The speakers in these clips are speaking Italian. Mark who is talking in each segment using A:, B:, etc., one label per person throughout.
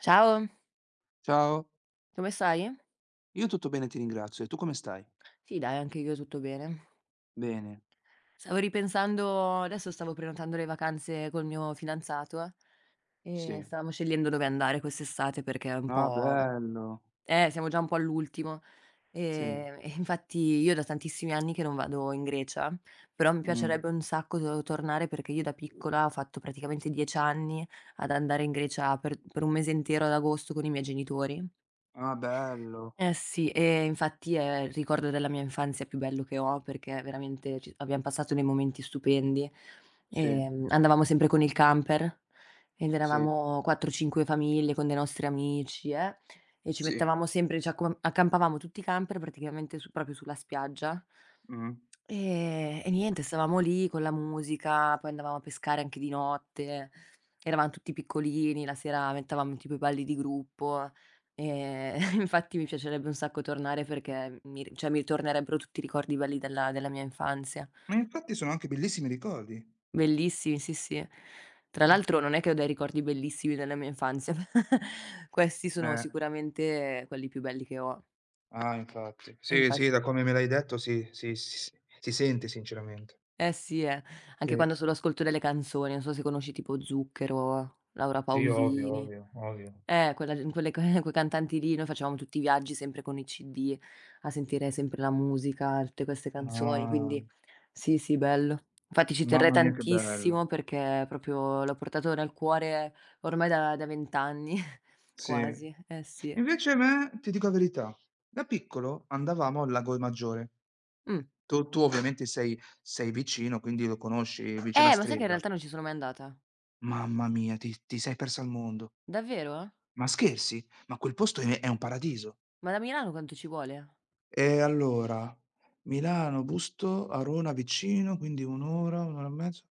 A: Ciao,
B: Ciao,
A: come stai?
B: io tutto bene, ti ringrazio, e tu come stai?
A: Sì dai, anche io tutto bene.
B: Bene,
A: Stavo ripensando, adesso stavo prenotando le vacanze col mio fidanzato e
B: sì.
A: stavamo scegliendo dove andare quest'estate perché è un
B: Ah
A: po',
B: bello,
A: siamo già un po' all'ultimo.
B: sì,
A: E infatti io da tantissimi anni che non vado in Grecia, però mi
B: mh.
A: piacerebbe un sacco to tornare perché io da piccola ho fatto praticamente 10 anni ad andare in Grecia per 1 mese intero ad agosto con i miei genitori.
B: Ah bello,
A: Eh sì, e infatti è il ricordo della mia infanzia più bello che ho, perché veramente ci abbiam passato dei momenti stupendi.
B: sì,
A: Andavamo sempre con il camper ed
B: sì,
A: eravamo 4, 5 famiglie con dei nostri amici, e ci
B: sì,
A: mettevamo sempre, ci accom accampavamo tutti i camper praticamente su proprio sulla spiaggia.
B: mh.
A: E niente, stavamo lì con la musica, poi andavamo a pescare anche di notte, eravam tutti piccolini, la sera mettevamo tipo i balli di gruppo. Infatti mi piacerebbe un sacco tornare perché mi ri cioè mi ritornerebbero tutti i ricordi belli della mia infanzia.
B: Ma infatti sono anche bellissimi ricordi.
A: Bellissimi, sì, sì. Tra
B: Eh,
A: l'altro non è che ho dei ricordi bellissimi della mia infanzia, questi sono
B: eh,
A: sicuramente quelli più belli che ho.
B: ah infatti.
A: E
B: Sì, sì, da
A: infatti.
B: come me l'hai detto, sì, sì, si sente sinceramente.
A: Eh sì, eh.
B: Sì,
A: Anche quando solo ascolto delle canzoni, non so se conosci tipo Zucchero, Laura
B: sì, ovvio,
A: Pausini.
B: ovvio, ovvio.
A: Quella gen quelle ca quei cantanti lì, noi facevamo tutti i viaggi sempre con i CD, a sentire sempre la musica, tutte queste canzoni,
B: Ah,
A: quindi sì, sì, bello. Infatti ci terrei
B: mamma mia che bello.
A: tantissimo perché proprio l'ho portato nel cuore ormai da 20 anni,
B: Sì.
A: quasi, eh sì.
B: Invece a me, ti dico la verità, da piccolo andavamo al Lago Maggiore.
A: Mh.
B: Tu ovviamente sei vicino, quindi lo conosci, vicino a
A: Ma sai che in
B: Stresa.
A: realtà non ci sono mai andata?
B: Mamma mia, ti sei persa il mondo.
A: Davvero?
B: Ma scherzi? Ma quel posto è un paradiso.
A: Ma da Milano quanto ci vuole?
B: E allora, Milano, Busto, Arona vicino, quindi 1 ora, 1 ora e mezzo.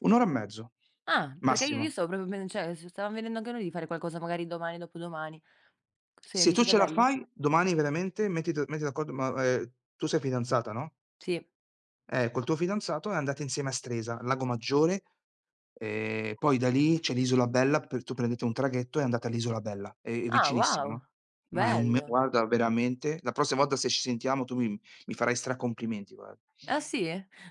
B: 1 ora e mezzo,
A: Ah, perché io
B: massimo.
A: stavo proprio pen cioè, s stavamo vedendo anche noi di fare qualcosa magari domani, dopodomani. Se
B: Se tu
A: dici che è
B: ce la
A: bello?
B: fai, domani veramente metti d'accordo, ma tu sei fidanzata, no?
A: Sì.
B: Col tuo fidanzato, e andate insieme a Stresa, Lago Maggiore, poi da lì c'è l'Isola Bella, per tu prendete un traghetto e andate all'Isola Bella, è
A: Ah,
B: vicinissima, no,
A: wow!
B: ma è un me
A: Bello.
B: guarda, veramente la prossima volta se ci sentiamo tu mi farai stracomplimenti, guarda.
A: Ah, sì?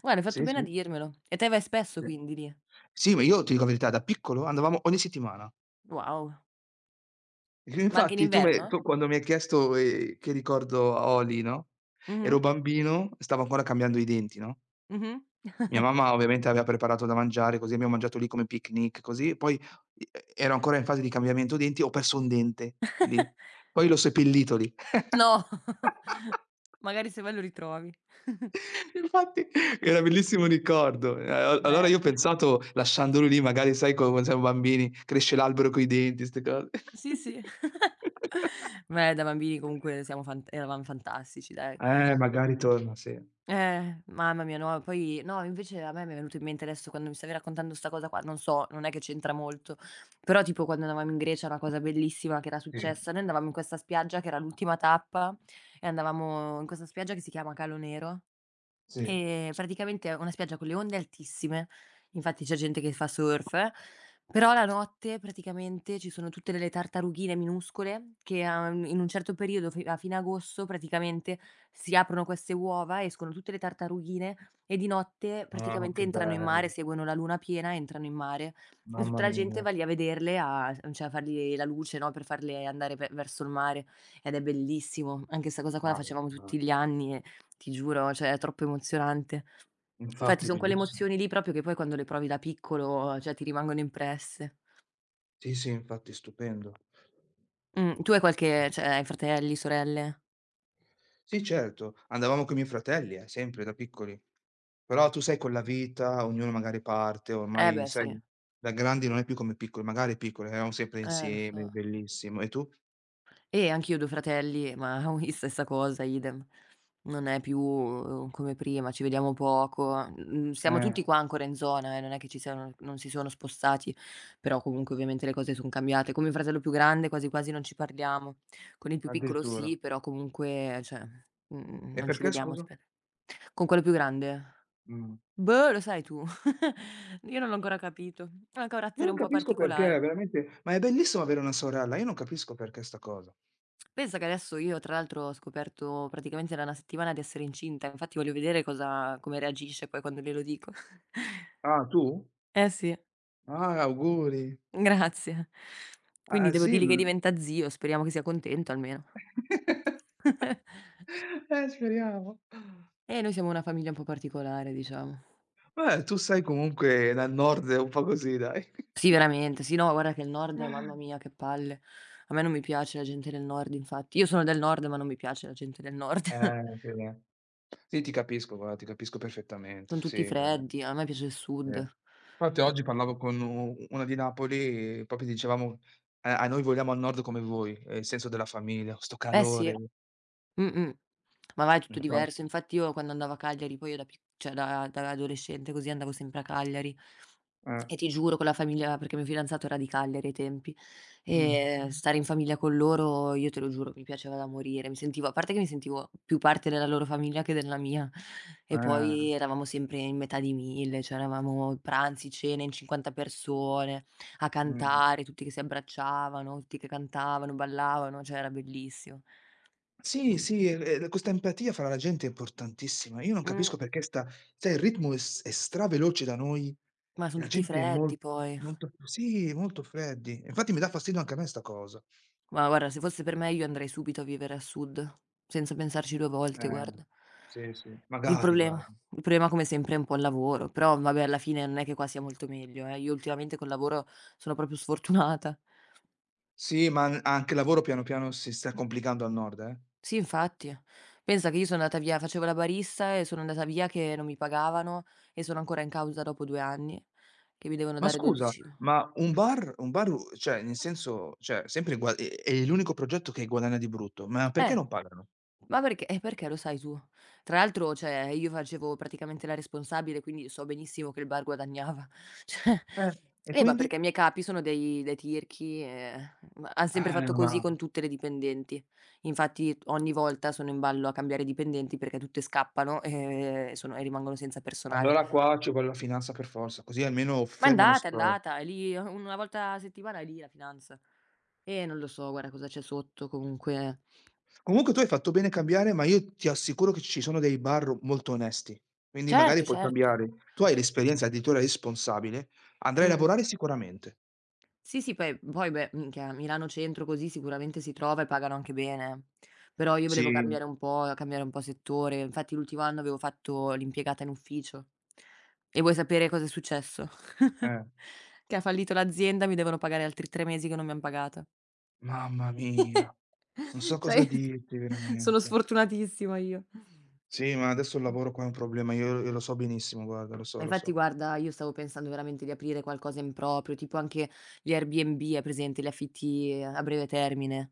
A: Guarda, hai fatto
B: Sì,
A: bene a
B: sì,
A: dirmelo. E te vai spesso
B: sì.
A: quindi lì?
B: Sì, ma io ti dico la verità, da piccolo andavamo ogni settimana.
A: Wow.
B: E
A: Ma anche in
B: Infatti tu me
A: inverno?
B: tu quando mi hai chiesto, che ricordo ho lì, no, ero
A: Mh-mh.
B: bambino, stavo ancora cambiando i denti, no?
A: Mh-mh.
B: Mia mamma ovviamente aveva preparato da mangiare, così abbiamo mangiato lì come picnic, così, poi i e ero ancora in fase di cambiamento denti, ho perso un dente lì, poi l'ho seppellito lì.
A: No, magari se vai lo ritrovi.
B: Infatti era bellissimo ricordo. E a allora io ho
A: Bello.
B: pensato, lasciandolo lì magari, sai come siamo bambini, cresce l'albero coi denti, 'ste cose.
A: Sì, sì. Beh, da bambini comunque siamo fan eravamo fantastici dai.
B: Magari torna, sì.
A: Mamma mia no, poi no, invece a me mi è venuto in mente adesso quando mi stavi raccontando 'sta cosa qua, non so, non è che c'entra molto, però tipo quando andavamo in Grecia una cosa bellissima che era
B: Sì.
A: successa, noi andavamo in questa spiaggia che era l'ultima tappa e andavamo in questa spiaggia che si chiama Calo Nero.
B: Sì.
A: Praticamente è una spiaggia con le onde altissime, infatti c'è gente che fa surf, però la notte praticamente ci sono tutte delle tartarughine minuscole che a un in un certo periodo fi a fine agosto praticamente si aprono queste uova, escono tutte le tartarughine e di notte
B: Ah,
A: praticamente
B: che
A: entrano in mare,
B: bello.
A: seguono la luna piena, entrano in mare e
B: Mamma
A: tutta la gente
B: mia.
A: va lì a vederle, a cioè a fargli la luce, no, per farle andare ve verso il mare ed è bellissimo. Anche 'sta cosa qua la
B: Dai,
A: facevamo
B: dai.
A: tutti gli anni e ti giuro, cioè è troppo emozionante. Infatti
B: Infatti
A: son quelle
B: bellissimo.
A: emozioni lì proprio che poi quando le provi da piccolo, cioè ti rimangono impresse.
B: Sì, sì, infatti, stupendo.
A: Tu hai qualche, cioè, hai fratelli, sorelle?
B: Sì, certo, andavamo coi miei fratelli, sempre da piccoli. Però tu sai, con la vita, ognuno magari parte,
A: Eh
B: ormai
A: beh
B: sai,
A: sì,
B: da grandi non è più come piccoli, magari piccoli eravamo sempre
A: lo
B: insieme,
A: so.
B: bellissimo. E tu?
A: Anch'io ho 2 fratelli, ma ui stessa cosa, idem. Non è più, come prima, ci vediamo poco. Mhmm, siamo
B: Eh,
A: tutti qua ancora in zona, non è che ci siano non si sono spostati, però comunque ovviamente le cose son cambiate. Con mio fratello più grande quasi quasi non ci parliamo. Con il più piccolo
B: addirittura.
A: sì, però comunque cioè,
B: E
A: non ci
B: perché
A: vediamo
B: scusa?
A: spe con quello più grande?
B: Mh.
A: Boh, lo sai tu. Io non l'ho ancora capito. Ha un
B: Io
A: carattere
B: non
A: un po'
B: capisco perché,
A: particolare.
B: veramente, ma è bellissimo avere una sorella, io non capisco perché sta cosa.
A: Pensa che adesso io tra l'altro ho scoperto praticamente da una settimana di essere incinta, infatti voglio vedere cosa come reagisce poi quando glielo dico.
B: Ah, tu?
A: Eh sì,
B: Ah, auguri.
A: grazie. Quindi
B: Ah,
A: devo
B: sì
A: dirgli che
B: l
A: diventa zio, speriamo che sia contento almeno.
B: Speriamo.
A: Noi siamo una famiglia un po' particolare diciamo.
B: Beh, tu sei comunque dal nord, un po' così, dai.
A: Sì veramente, sì no, guarda che il nord, mamma mia che palle. A me non mi piace la gente del nord infatti. Io sono del nord, ma non mi piace la gente del nord.
B: Sì, eh. Sì, ti capisco, guarda, ti capisco perfettamente,
A: Son tutti
B: sì,
A: freddi, a me piace il
B: sì.
A: sud.
B: Infatti
A: I
B: oggi parlavo con u una di Napoli e proprio dicevamo: a noi vogliamo al nord come voi, il senso della famiglia, 'sto
A: eh sì,
B: calore".
A: mh-mh. Ma vai, è tutto diverso.
B: Infatti,
A: Infatti io quando andavo a Cagliari, poi io da pic cioè da adolescente così andavo sempre a Cagliari
B: eh.
A: e ti giuro, con la famiglia perché mio fidanzato era di Cagliari ai tempi,
B: Mh.
A: e stare in famiglia con loro, io te lo giuro, mi piaceva da morire. Mi sentivo, a parte che mi sentivo più parte della loro famiglia che della mia. E
B: Eh,
A: poi eravamo sempre in metà di 1.000, cioè eravamo pranzi, cene in 50 persone, a
B: mh.
A: cantare, tutti che si abbracciavano, tutti che cantavano, ballavano, cioè era bellissimo.
B: Sì,
A: Mh.
B: sì, l questa empatia fra la gente è importantissima. Io non
A: Mh.
B: capisco perché sta sai, il ritmo è straveloce da noi,
A: Ma
B: e
A: son
B: la
A: tutti
B: gente è mol
A: freddi poi.
B: molto sì, molto freddi. Infatti mi dà fastidio anche a me sta cosa.
A: Ma guarda, se fosse per me io andrei subito a vivere a sud, senza pensarci 2 volte,
B: Eh,
A: guarda.
B: sì, sì,
A: Il
B: magari
A: problema
B: guarda.
A: il problema come sempre è un po' il lavoro, però vabbè alla fine non è che qua sia molto meglio, eh. Io ultimamente col lavoro sono proprio sfortunata.
B: Sì, ma an anche il lavoro piano piano si sta complicando al nord, eh.
A: Sì, infatti. Pensa che io sono andata via, facevo la barista e sono andata via che non mi pagavano e sono ancora in causa dopo 2 anni, che mi devono
B: Ma
A: dare
B: scusa,
A: 12
B: ma un bar u cioè nel senso, cioè sempre gua è l'unico progetto che guadagna di brutto, ma perché
A: eh.
B: non pagano?
A: Ma perché perché lo sai tu. Tra l'altro, cioè, io facevo praticamente la responsabile, quindi so benissimo che il bar guadagnava.
B: Eh, e
A: Cioè ma perché
B: quindi?
A: i miei capi sono dei tirchi, ma han sempre fatto così
B: Ma
A: con tutte le dipendenti. Infatti ogni volta sono in ballo a cambiare dipendenti perché tutte scappano e rimangono senza personale.
B: allora qua ci vuole la finanza per forza, così almeno
A: Ma è
B: fermano
A: andata, è
B: sto
A: andata, è lì una volta a settimana, è lì la finanza. Non lo so guarda cosa c'è sotto comunque.
B: comunque tu hai fatto bene a cambiare, ma io ti assicuro che ci sono dei bar molto onesti, quindi magari
A: Certo,
B: puoi
A: certo.
B: cambiare. Tu hai l'esperienza addirittura responsabile, andrai a
A: Mh-mh.
B: lavorare sicuramente.
A: Sì, sì, poi beh, minchia, a Milano centro così sicuramente si trova e pagano anche bene. Però io volevo
B: Sì,
A: cambiare un po' settore. Infatti l'ultimo anno avevo fatto l'impiegata in ufficio. E vuoi sapere cosa è successo?
B: eh.
A: Che ha fallito l'azienda, mi devono pagare altri 3 mesi che non mi han pagata.
B: Mamma mia, non so cosa
A: Cioè,
B: dirti
A: sono
B: veramente.
A: sfortunatissima io.
B: Sì, ma adesso il lavoro qua è un problema, io lo so benissimo, guarda, lo so,
A: Ma
B: lo
A: infatti
B: so.
A: guarda, io stavo pensando veramente di aprire qualcosa in proprio, tipo anche gli Airbnb, hai presente, gli affitti a breve termine?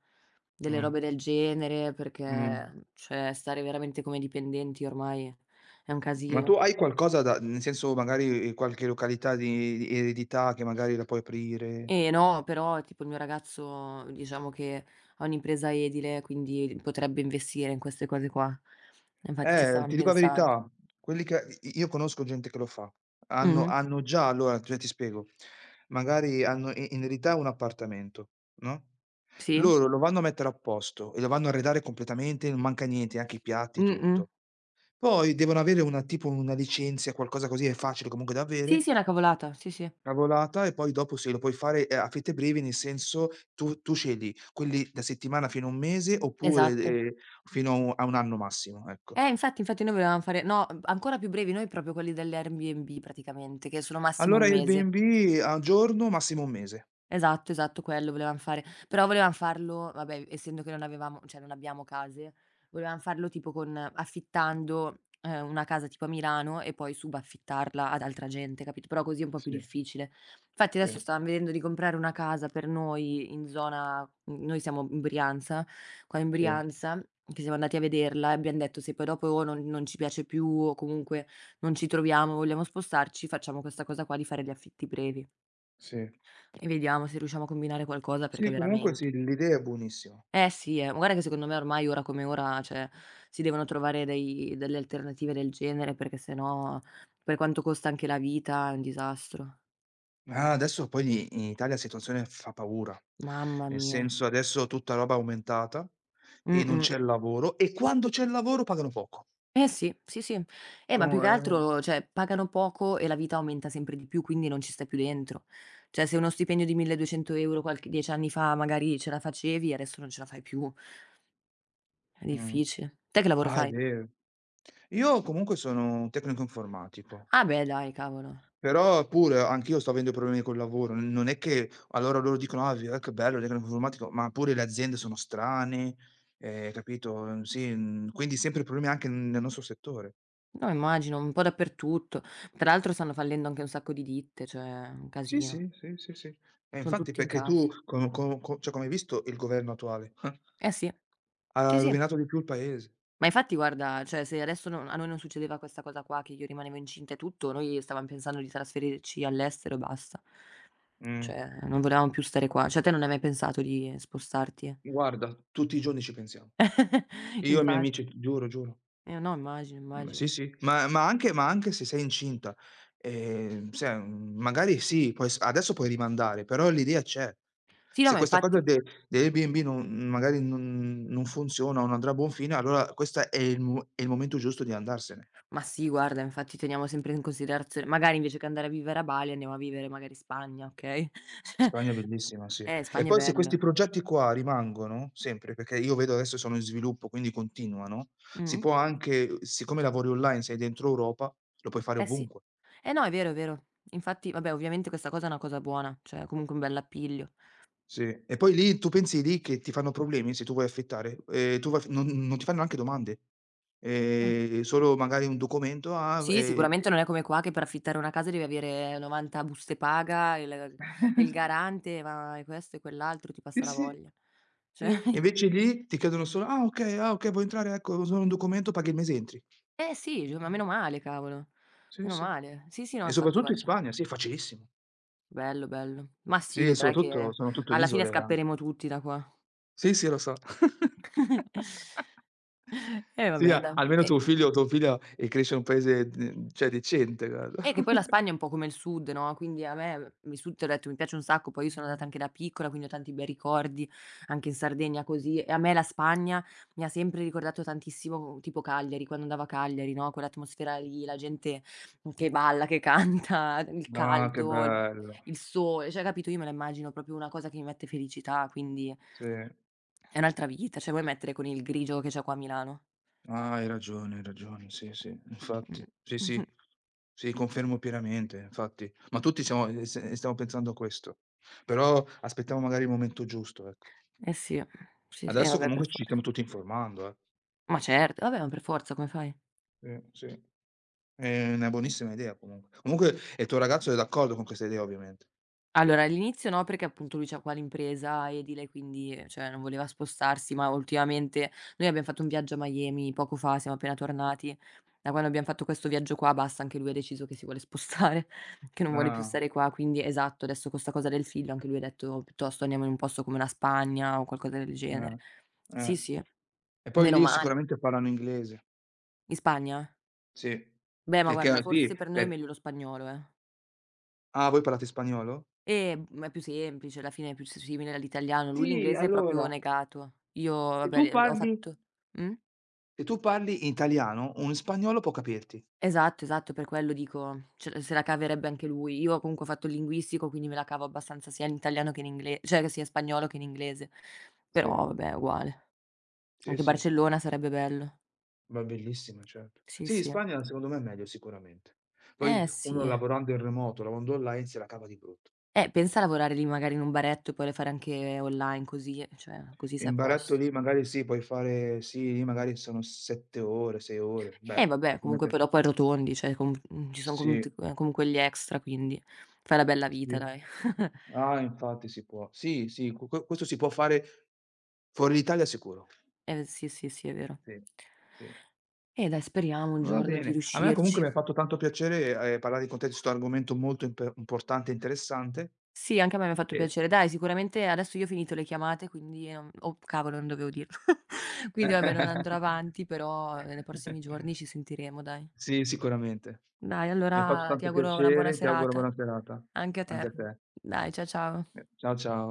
A: Delle
B: Mh,
A: robe del genere,
B: mh.
A: perché cioè stare veramente come dipendenti ormai è un
B: Ma tu
A: casino.
B: hai qualcosa da nel senso, magari, qualche località di eredità che magari la puoi aprire?
A: Eh no, però tipo il mio ragazzo diciamo che ha un'impresa edile, quindi potrebbe investire in queste cose qua. E infatti ci stavamo
B: Ti dico la
A: pensando.
B: verità, quelli che i io conosco gente che lo fa. Hanno
A: Mh-mh,
B: hanno già allora, cioè ti spiego, magari hanno i in eredità un appartamento, no,
A: sì,
B: loro lo vanno a mettere a posto e lo vanno a arredare completamente, non manca niente, anche i piatti,
A: mh-mh.
B: tutto. Poi devono avere una tipo una licenza, qualcosa così, è facile comunque da
A: Sì,
B: avere,
A: sì, è una cavolata, sì, sì.
B: cavolata, e poi dopo sì, lo puoi fare, a fitte brevi, nel senso tu scegli quelli da settimana fino a 1 mese oppure,
A: Esatto.
B: fino a u a 1 anno massimo, ecco.
A: Eh infatti, infatti noi volevamo fare, no, ancora più brevi, noi proprio quelli dell'Airbnb praticamente, che sono massimo
B: Allora
A: 1 mese.
B: Airbnb a giorno, massimo 1 mese.
A: Esatto, esatto, quello volevam fare. Però volevam farlo, vabbè, essendo che non avevamo, cioè non abbiamo case, volevam farlo tipo con affittando, una casa tipo a Milano e poi subaffittarla ad altra gente, capito? Però così è un po' più
B: Sì,
A: difficile. Infatti adesso
B: sì,
A: stavam vedendo di comprare una casa per noi in zona, noi siamo in Brianza, qua in
B: sì,
A: Brianza, che siamo andati a vederla e abbiam detto: "Se poi dopo non ci piace più o comunque non ci troviamo, vogliamo spostarci, facciamo questa cosa qua di fare gli affitti brevi".
B: sì.
A: E vediamo se riusciamo a combinare qualcosa perché
B: Sì, comunque
A: veramente,
B: sì, l'idea è buonissima.
A: eh sì, ma guarda che secondo me ormai ora come ora, cioè, si devono trovare dei delle alternative del genere perché se no, per quanto costa anche la vita, è un disastro.
B: Ah, adesso poi in Italia la situazione fa paura,
A: Mamma
B: nel
A: mia.
B: senso adesso tutta roba aumentata, e non
A: Mh-mh.
B: c'è lavoro, e quando c'è il lavoro pagano poco.
A: Eh sì, sì, sì. Ma più
B: Uhm,
A: che
B: ehm
A: altro, cioè, pagano poco e la vita aumenta sempre di più, quindi non ci stai più dentro. Cioè, se uno stipendio di 1.200 € qualche 10 anni fa magari ce la facevi, adesso non ce la fai più. È
B: Mh.
A: difficile. Te che lavoro
B: Ah, è
A: fai?
B: vero. Io comunque sono un tecnico informatico.
A: Ah beh dai, cavolo.
B: Però pure anch'io sto avendo problemi col lavoro, n non è che allora loro dicono: "Ah, che bello, tecnico informatico", ma pure le aziende sono strane, capito, sì, quindi sempre problemi anche nel nostro settore.
A: No, immagino, un po' dappertutto. Tra l'altro stanno fallendo anche un sacco di ditte, cioè un
B: Sì,
A: casino.
B: sì, sì, sì, sì. E
A: Son
B: infatti
A: tutti in
B: perché tu
A: cassa.
B: co co co cioè, come hai visto il governo attuale,
A: Eh sì, sì,
B: ha
A: sì.
B: rovinato di più il paese.
A: Ma infatti guarda, cioè se adesso non a noi non succedeva questa cosa qua, che io rimanevo incinta e tutto, noi stavam pensando di trasferirci all'estero e basta.
B: Mh.
A: Cioè non volevamo più stare qua. Cioè te non hai mai pensato di spostarti, eh?
B: Guarda, tutti i giorni ci pensiamo. Io e i miei
A: Infatti.
B: amici, giuro, giuro.
A: Eh no, immagino,
B: Mhmm,
A: immagino.
B: sì, sì, ma anche se sei incinta, se magari sì, puoi s adesso puoi rimandare, però l'idea c'è.
A: Sì, no,
B: Se
A: ma
B: questa
A: infatti,
B: cosa de dell'Airbnb non magari non non funziona o non andrà a buon fine, allora questa è il mo è il momento giusto di andarsene.
A: ma sì guarda, infatti teniamo sempre in considerazione, magari invece che andare a vivere a Bali andiamo a vivere magari in Spagna, okay?
B: Spagna è bellissima, sì. E
A: Spagna è
B: poi se questi
A: bella.
B: progetti qua rimangono sempre, perché io vedo adesso sono in sviluppo, quindi continuano, si
A: Mh-mh.
B: può anche, siccome lavori online, sei dentro Europa, lo puoi fare
A: Eh sì.
B: ovunque.
A: Eh no, è vero, è vero. Infatti vabbè, ovviamente questa cosa è una cosa buona, cioè comunque un bell'appiglio.
B: Sì, e poi lì tu pensi lì che ti fanno problemi se tu vuoi affittare, tu vai f non ti fanno neanche domande,
A: Ah.
B: solo magari un documento, ah,
A: Sì, sicuramente non è come qua che per affittare una casa devi avere 90 buste paga, il e il garante, ma e questo e quell'altro, ti
B: sì,
A: passa la
B: sì,
A: voglia. Cioè
B: sì, invece lì ti chiedono solo: "Ah okay, ah okay, vuoi entrare? Ecco, solo un documento, paghi il mese, e entri."
A: eh sì, gio ma meno male cavolo,
B: Sì,
A: meno
B: sì,
A: male. Sì, sì, no,
B: e
A: infatti
B: soprattutto in
A: guarda,
B: Spagna, sì, facilissimo.
A: bello, bello. Ma sì,
B: Sì,
A: vedrai
B: soprattutto
A: che
B: sono tutto
A: alla fine
B: isole anche.
A: scapperemo tutti da qua.
B: Sì, sì, lo so.
A: E
B: Sì,
A: vabbè
B: a
A: dai.
B: almeno
A: E
B: tuo figlio o tua figlia, cresce in un paese d cioè decente, guarda.
A: eh, che poi la Spagna è un po' come il sud, no, quindi a me il sud t'ho detto mi piace un sacco, poi io sono andata anche da piccola, quindi ho tanti bei ricordi, anche in Sardegna così, e a me la Spagna mi ha sempre ricordato tantissimo tipo Cagliari, quando andavo a Cagliari, no, quell'atmosfera lì, la gente che balla, che canta, il
B: Ah, che
A: caldo,
B: bello.
A: il sole, cioè capito, io me la immagino proprio una cosa che mi mette felicità, quindi
B: Sì.
A: è un'altra vita, cioè vuoi mettere con il grigio che c'è qua a Milano.
B: Ah, hai ragione, hai ragione. Sì, sì,
A: Mh.
B: infatti. Sì, sì. Sì, confermo pienamente, infatti. Ma tutti siamo s stiamo pensando a questo. Però aspettiamo magari il momento giusto, ecco.
A: Eh sì, sì, sì,
B: Adesso
A: vabbè per
B: comunque ci
A: forza.
B: stiamo tutti informando, eh.
A: Ma certo, vabbè, ma per forza, come fai?
B: Sì, sì. È una
A: Eh.
B: buonissima idea comunque. E il tuo ragazzo è d'accordo con questa idea, ovviamente.
A: Allora, all'inizio no, perché appunto lui c'ha qua l'impresa edile, quindi, cioè non voleva spostarsi, ma ultimamente noi abbiam fatto un viaggio a Miami poco fa, siamo appena tornati. Da quando abbiam fatto questo viaggio qua basta, anche lui ha deciso che si vuole spostare, che non vuole più
B: Ah,
A: stare qua, quindi esatto, adesso con 'sta cosa del figlio anche lui ha detto: "Piuttosto andiamo in un posto come la Spagna o qualcosa del genere".
B: eh, eh.
A: Sì, sì,
B: E poi
A: meno
B: lì
A: male.
B: sicuramente parlano inglese.
A: In Spagna?
B: Sì.
A: Beh, ma guarda,
B: Perché sì,
A: forse per noi è meglio lo spagnolo, eh.
B: voi parlate spagnolo?
A: Ma è più semplice, alla fine è più s simile all'italiano. Lui
B: Sì,
A: l'inglese è proprio
B: allora,
A: negato. Io
B: se tu
A: vabbè, l ho
B: parli
A: fatto, mh?
B: se tu parli italiano, un spagnolo può capirti.
A: Esatto, esatto, per quello dico, ce se la caverebbe anche lui. Io comunque ho fatto il linguistico, quindi me la cavo abbastanza sia in italiano che in ingle cioè che sia in spagnolo che in inglese.
B: Sì,
A: Però vabbè, è uguale.
B: sì,
A: Anche
B: sì,
A: Barcellona sarebbe bello.
B: ma bellissima, certo.
A: Sì,
B: Sì, in
A: sì.
B: Spagna secondo me è meglio sicuramente. Poi
A: Eh
B: uno
A: sì.
B: lavorando in remoto, lavorando online, se la cava di brutto.
A: Pensa a lavorare lì magari in un baretto e poi fare anche online così, cioè così sei
B: In
A: a
B: baretto
A: posto.
B: lì magari sì, puoi fare sì, lì magari sono 7 ore, 6 ore.
A: Eh
B: Beh,
A: vabbè,
B: secondo
A: comunque
B: te
A: poi dopo arrotondi, cioè ci son
B: sì,
A: comunque gli extra, quindi fai la bella vita
B: sì.
A: dai.
B: Ah, infatti si può. Sì, sì, questo si può fare fuori d'Italia, sicuro.
A: Eh sì, sì, sì, è vero.
B: Sì, sì.
A: Dai, speriamo un
B: Va
A: giorno di
B: bene. A me comunque mi
A: riuscirci.
B: ha fatto tanto piacere, parlare con te di 'sto argomento molto impe importante e interessante
A: Sì, anche a me mi ha fatto
B: e
A: piacere. Dai, sicuramente adesso io ho finito le chiamate, quindi non, oh cavolo, non dovevo dirlo. Quindi vabbè, non andrò avanti, però nei prossimi giorni ci sentiremo dai.
B: Sì, sicuramente.
A: Dai,
B: Mi ha fatto
A: allora ti
B: tanto
A: auguro una buona
B: piacere, ti auguro
A: serata.
B: buona serata.
A: Anche a
B: Anche
A: te.
B: a te.
A: Dai, ciao.
B: Ciao, ciao.